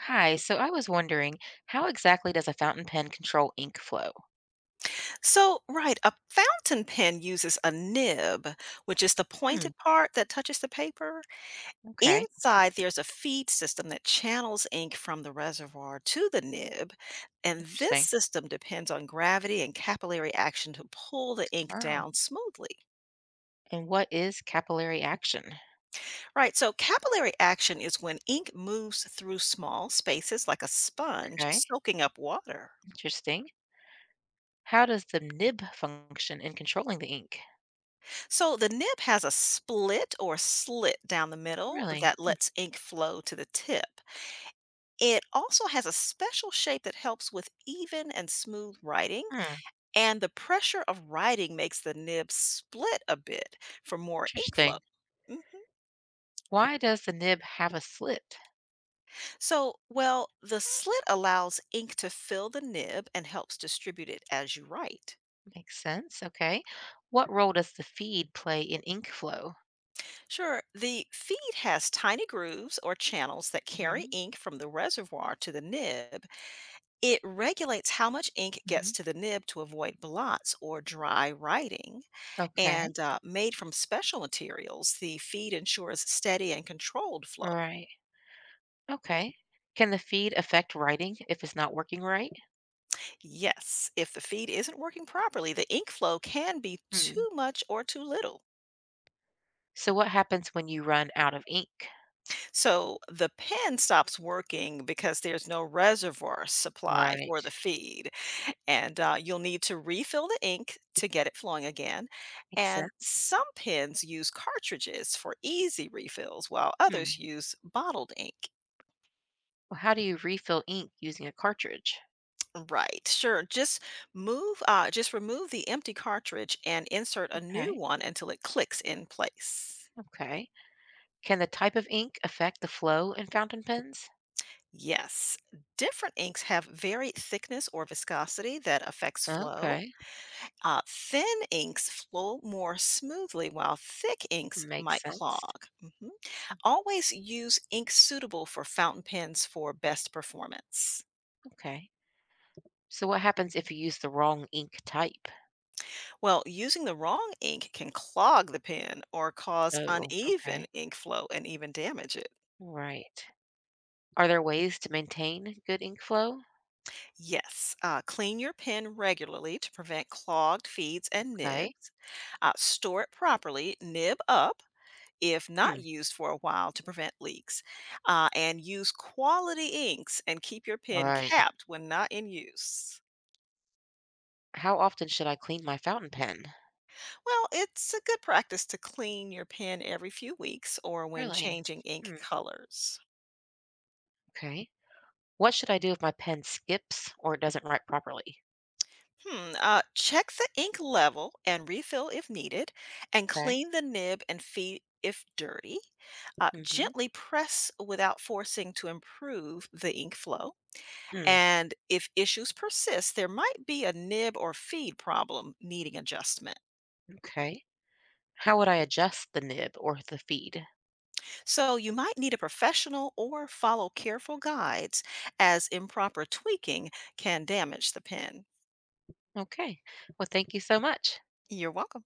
Hi, so I was wondering, how exactly does a fountain pen control ink flow? So, right, a fountain pen uses a nib, which is the Hmm, pointed part that touches the paper. okay, Inside, there's a feed system that channels ink from the reservoir to the nib. And this interesting. system depends on gravity and capillary action to pull the ink Wow. down smoothly. And what is capillary action? Right, so capillary action is when ink moves through small spaces like a sponge Okay, soaking up water. interesting. How does the nib function in controlling the ink? So the nib has a split or slit down the middle Really? that lets ink flow to the tip. It also has a special shape that helps with even and smooth writing, Hmm, and the pressure of writing makes the nib split a bit for more ink flow. interesting. Mhm. Why does the nib have a slit? The slit allows ink to fill the nib and helps distribute it as you write. Makes sense. Okay. What role does the feed play in ink flow? Sure, the feed has tiny grooves or channels that carry Hmm. ink from the reservoir to the nib. It regulates how much ink Hmm. gets to the nib to avoid blots or dry writing. Okay, And made from special materials, the feed ensures steady and controlled flow. right. Okay. Can the feed affect writing if it's not working right? Yes, if the feed isn't working properly, the ink flow can be Hmm. too much or too little. So what happens when you run out of ink? So the pen stops working because there's no reservoir supply for Right. the feed, and you'll need to refill the ink to get it flowing again. Makes And sense. some pens use cartridges for easy refills, while Hmm. others use bottled ink. Well, how do you refill ink using a cartridge? Right, sure. Just remove the empty cartridge and insert a new Okay. one until it clicks in place. Okay. Can the type of ink affect the flow in fountain pens? Yes, different inks have varied thickness or viscosity that affects flow. Okay. Thin inks flow more smoothly, while thick inks Makes might sense. clog. Mhm. Always use ink suitable for fountain pens for best performance. Okay. So what happens if you use the wrong ink type? Well, using the wrong ink can clog the pen or cause Oh, uneven okay. ink flow and even damage it. Right. Are there ways to maintain good ink flow? Yes. Clean your pen regularly to prevent clogged feeds and Okay. nibs. Store it properly, nib up if not Hmm. used for a while to prevent leaks. And use quality inks and keep your pen Right. capped when not in use. How often should I clean my fountain pen? Well, it's a good practice to clean your pen every few weeks or when Really? changing ink Hmm. colors. Okay. What should I do if my pen skips or doesn't write properly? Hmm. Check the ink level and refill if needed, and Okay. clean the nib and feed if dirty. Hmm. Gently press without forcing to improve the ink flow. Mm, And if issues persist, there might be a nib or feed problem needing adjustment. okay. How would I adjust the nib or the feed? So you might need a professional or follow careful guides, as improper tweaking can damage the pen. Okay. Well, thank you so much. You're welcome.